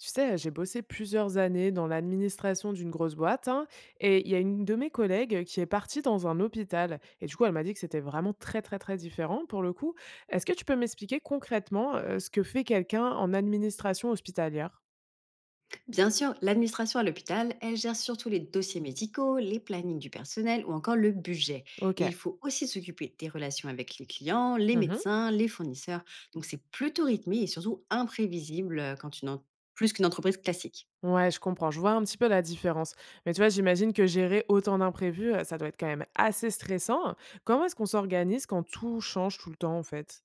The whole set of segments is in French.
Tu sais, j'ai bossé plusieurs années dans l'administration d'une grosse boîte hein, et il y a une de mes collègues qui est partie dans un hôpital et du coup, elle m'a dit que c'était vraiment très très très différent pour le coup. Est-ce que tu peux m'expliquer concrètement ce que fait quelqu'un en administration hospitalière? Bien sûr, l'administration à l'hôpital, elle gère surtout les dossiers médicaux, les plannings du personnel ou encore le budget. Ok. Et il faut aussi s'occuper des relations avec les clients, les Mhm. médecins, les fournisseurs. Donc c'est plutôt rythmé et surtout imprévisible plus qu'une entreprise classique. Ouais, je comprends, je vois un petit peu la différence. Mais tu vois, j'imagine que gérer autant d'imprévus, ça doit être quand même assez stressant. Comment est-ce qu'on s'organise quand tout change tout le temps en fait?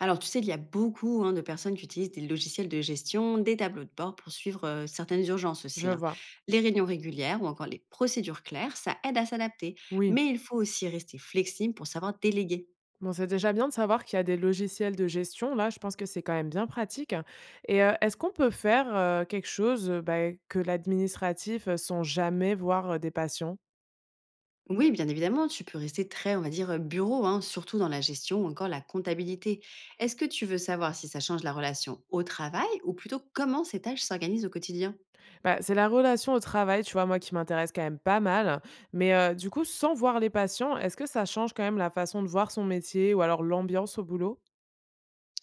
Alors tu sais, il y a beaucoup, hein, de personnes qui utilisent des logiciels de gestion, des tableaux de bord pour suivre certaines urgences Je aussi. Hein. vois. Les réunions régulières ou encore les procédures claires, ça aide à s'adapter. Oui. Mais il faut aussi rester flexible pour savoir déléguer. Bon, c'est déjà bien de savoir qu'il y a des logiciels de gestion. Là, je pense que c'est quand même bien pratique, hein. Et est-ce qu'on peut faire, quelque chose, bah, que l'administratif, sans jamais voir, des patients? Oui, bien évidemment, tu peux rester très, on va dire, bureau, hein, surtout dans la gestion ou encore la comptabilité. Est-ce que tu veux savoir si ça change la relation au travail ou plutôt comment ces tâches s'organisent au quotidien? Bah, c'est la relation au travail, tu vois, moi, qui m'intéresse quand même pas mal. Mais, du coup, sans voir les patients, est-ce que ça change quand même la façon de voir son métier ou alors l'ambiance au boulot?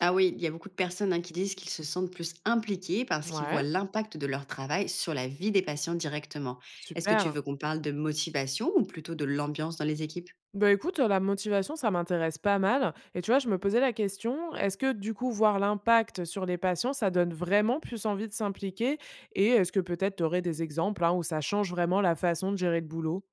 Ah oui, il y a beaucoup de personnes, hein, qui disent qu'ils se sentent plus impliqués parce qu'ils voient Ouais, l'impact de leur travail sur la vie des patients directement. Est-ce que tu veux super. qu'on parle de motivation ou plutôt de l'ambiance dans les équipes? Bah, écoute, la motivation, ça m'intéresse pas mal et tu vois, je me posais la question, est-ce que du coup, voir l'impact sur les patients, ça donne vraiment plus envie de s'impliquer? Et est-ce que peut-être tu aurais des exemples, hein, où ça change vraiment la façon de gérer le boulot?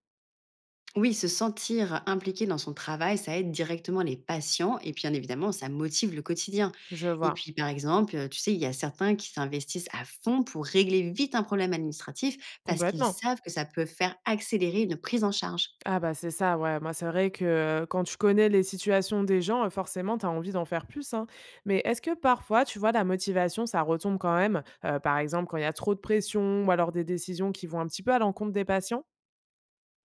Oui, se sentir impliqué dans son travail, ça aide directement les patients et puis, bien évidemment, ça motive le quotidien. Je Et vois, puis, par exemple, tu sais, il y a certains qui s'investissent à fond pour régler vite un problème administratif parce qu'ils complètement. savent que ça peut faire accélérer une prise en charge. Ah bah, c'est ça, ouais, moi, c'est vrai que, quand tu connais les situations des gens, forcément, tu as envie d'en faire plus, hein. Mais est-ce que parfois, tu vois, la motivation, ça retombe quand même, par exemple, quand il y a trop de pression ou alors des décisions qui vont un petit peu à l'encontre des patients?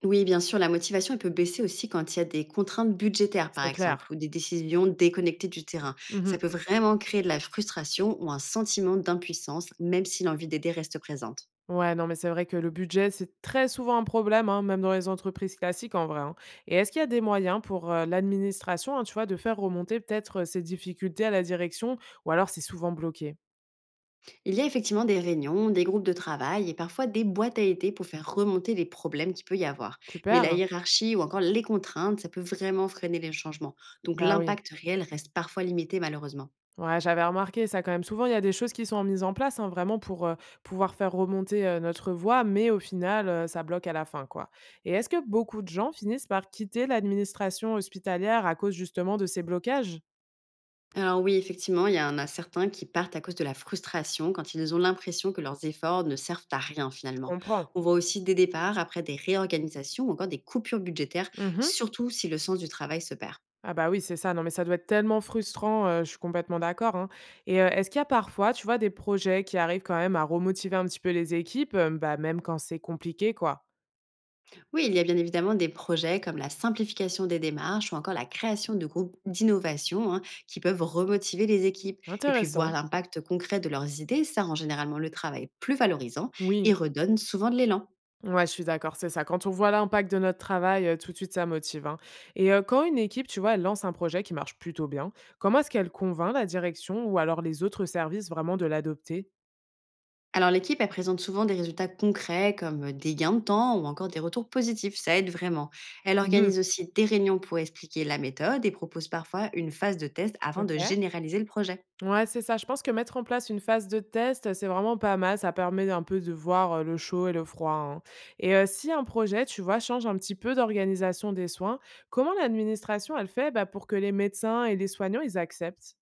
Oui, bien sûr, la motivation elle peut baisser aussi quand il y a des contraintes budgétaires, par C'est exemple, clair. ou des décisions déconnectées du terrain. Ça Mmh. peut vraiment créer de la frustration ou un sentiment d'impuissance, même si l'envie d'aider reste présente. Ouais, non, mais c'est vrai que le budget, c'est très souvent un problème, hein, même dans les entreprises classiques en vrai, hein. Et est-ce qu'il y a des moyens pour l'administration, hein, tu vois, de faire remonter peut-être ces difficultés à la direction, ou alors c'est souvent bloqué? Il y a effectivement des réunions, des groupes de travail et parfois des boîtes à idées pour faire remonter les problèmes qu'il peut y avoir. Mais la Super. hiérarchie ou encore les contraintes, ça peut vraiment freiner les changements. Donc Bah oui. l'impact réel reste parfois limité malheureusement. Ouais, j'avais remarqué ça quand même. Souvent, il y a des choses qui sont mises en place, hein, vraiment pour pouvoir faire remonter notre voix, mais au final, ça bloque à la fin, quoi. Et est-ce que beaucoup de gens finissent par quitter l'administration hospitalière à cause justement de ces blocages? Alors oui, effectivement, il y en a certains qui partent à cause de la frustration quand ils ont l'impression que leurs efforts ne servent à rien Je finalement. comprends. On voit aussi des départs après des réorganisations ou encore des coupures budgétaires, surtout si le sens du travail se perd. Ah bah oui, c'est ça. Non, mais ça doit être tellement frustrant, je suis complètement d'accord, hein. Et est-ce qu'il y a parfois, tu vois, des projets qui arrivent quand même à remotiver un petit peu les équipes, hem, bah, même quand c'est compliqué, quoi? Oui, il y a bien évidemment des projets comme la simplification des démarches ou encore la création de groupes d'innovation, hein, qui peuvent remotiver les équipes. Et puis voir Intéressant. l'impact concret de leurs idées, ça rend généralement le travail plus valorisant Oui, et redonne souvent de l'élan. ouais, je suis d'accord, c'est ça. Quand on voit l'impact de notre travail, tout de suite, ça motive, hein. Et quand une équipe, tu vois, elle lance un projet qui marche plutôt bien, comment est-ce qu'elle convainc la direction ou alors les autres services vraiment de l'adopter? Alors l'équipe, elle présente souvent des résultats concrets comme des gains de temps ou encore des retours positifs, ça aide vraiment. Elle Mmh. organise aussi des réunions pour expliquer la méthode et propose parfois une phase de test avant de OK. généraliser le projet. Ouais, c'est ça. Je pense que mettre en place une phase de test, c'est vraiment pas mal. Ça permet un peu de voir le chaud et le froid, hein. Et si un projet, tu vois, change un petit peu d'organisation des soins, comment l'administration, elle fait bah, pour que les médecins et les soignants, ils acceptent?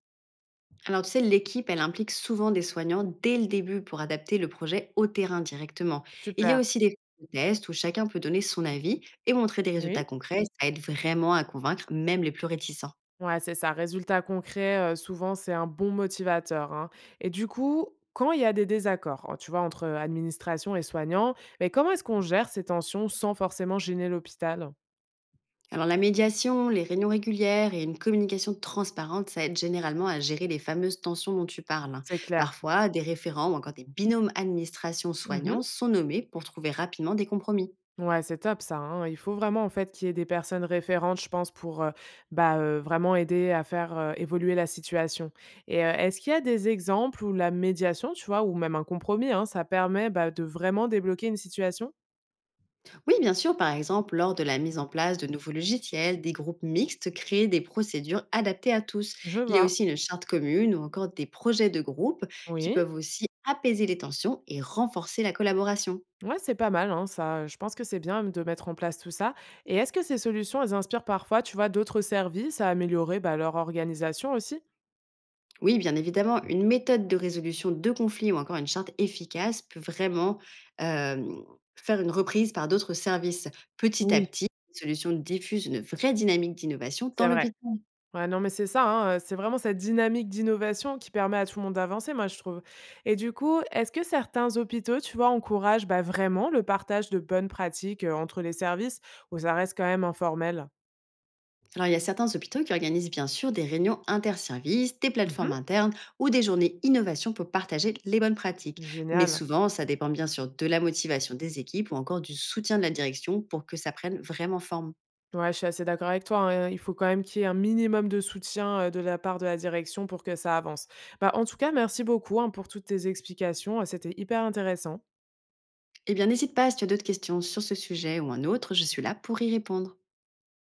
Alors, tu sais, l'équipe, elle implique souvent des soignants dès le début pour adapter le projet au terrain directement. Il y a Super. aussi des tests où chacun peut donner son avis et montrer des résultats Oui. concrets. Ça aide vraiment à convaincre même les plus réticents. Ouais, c'est ça. Résultat concret, souvent, c'est un bon motivateur, hein. Et du coup, quand il y a des désaccords, hein, tu vois, entre administration et soignants, mais comment est-ce qu'on gère ces tensions sans forcément gêner l'hôpital? Alors, la médiation, les réunions régulières et une communication transparente, ça aide généralement à gérer les fameuses tensions dont tu parles. Hein. C'est clair. Parfois, des référents ou encore des binômes Mhm. administration-soignants sont nommés pour trouver rapidement des compromis. Ouais, c'est top ça, hein. Il faut vraiment en fait qu'il y ait des personnes référentes, je pense, pour bah, vraiment aider à faire évoluer la situation. Et est-ce qu'il y a des exemples où la médiation, tu vois, ou même un compromis, hein, ça permet bah, de vraiment débloquer une situation? Oui, bien sûr, par exemple, lors de la mise en place de nouveaux logiciels, des groupes mixtes créent des procédures adaptées à tous. Je Il y a vois. aussi une charte commune ou encore des projets de groupe qui Oui. peuvent aussi apaiser les tensions et renforcer la collaboration. Ouais, c'est pas mal, hein, ça. Je pense que c'est bien de mettre en place tout ça. Et est-ce que ces solutions, elles inspirent parfois, tu vois, d'autres services à améliorer bah, leur organisation aussi? Oui, bien évidemment, une méthode de résolution de conflits ou encore une charte efficace peut vraiment euh, faire une reprise par d'autres services. Petit à Oui, petit, les solutions diffusent une vraie dynamique d'innovation dans c'est vrai. l'hôpital. Ouais, non, mais c'est ça, hein, c'est vraiment cette dynamique d'innovation qui permet à tout le monde d'avancer, moi, je trouve. Et du coup, est-ce que certains hôpitaux, tu vois, encouragent, bah, vraiment le partage de bonnes pratiques, entre les services ou ça reste quand même informel? Alors, il y a certains hôpitaux qui organisent bien sûr des réunions interservices, des plateformes Mmh. internes ou des journées innovation pour partager les bonnes pratiques. Mais Génial. souvent, ça dépend bien sûr de la motivation des équipes ou encore du soutien de la direction pour que ça prenne vraiment forme. Ouais, je suis assez d'accord avec toi, hein, il faut quand même qu'il y ait un minimum de soutien, de la part de la direction pour que ça avance. Bah, en tout cas, merci beaucoup, hein, pour toutes tes explications, c'était hyper intéressant. Eh bien, n'hésite pas si tu as d'autres questions sur ce sujet ou un autre, je suis là pour y répondre.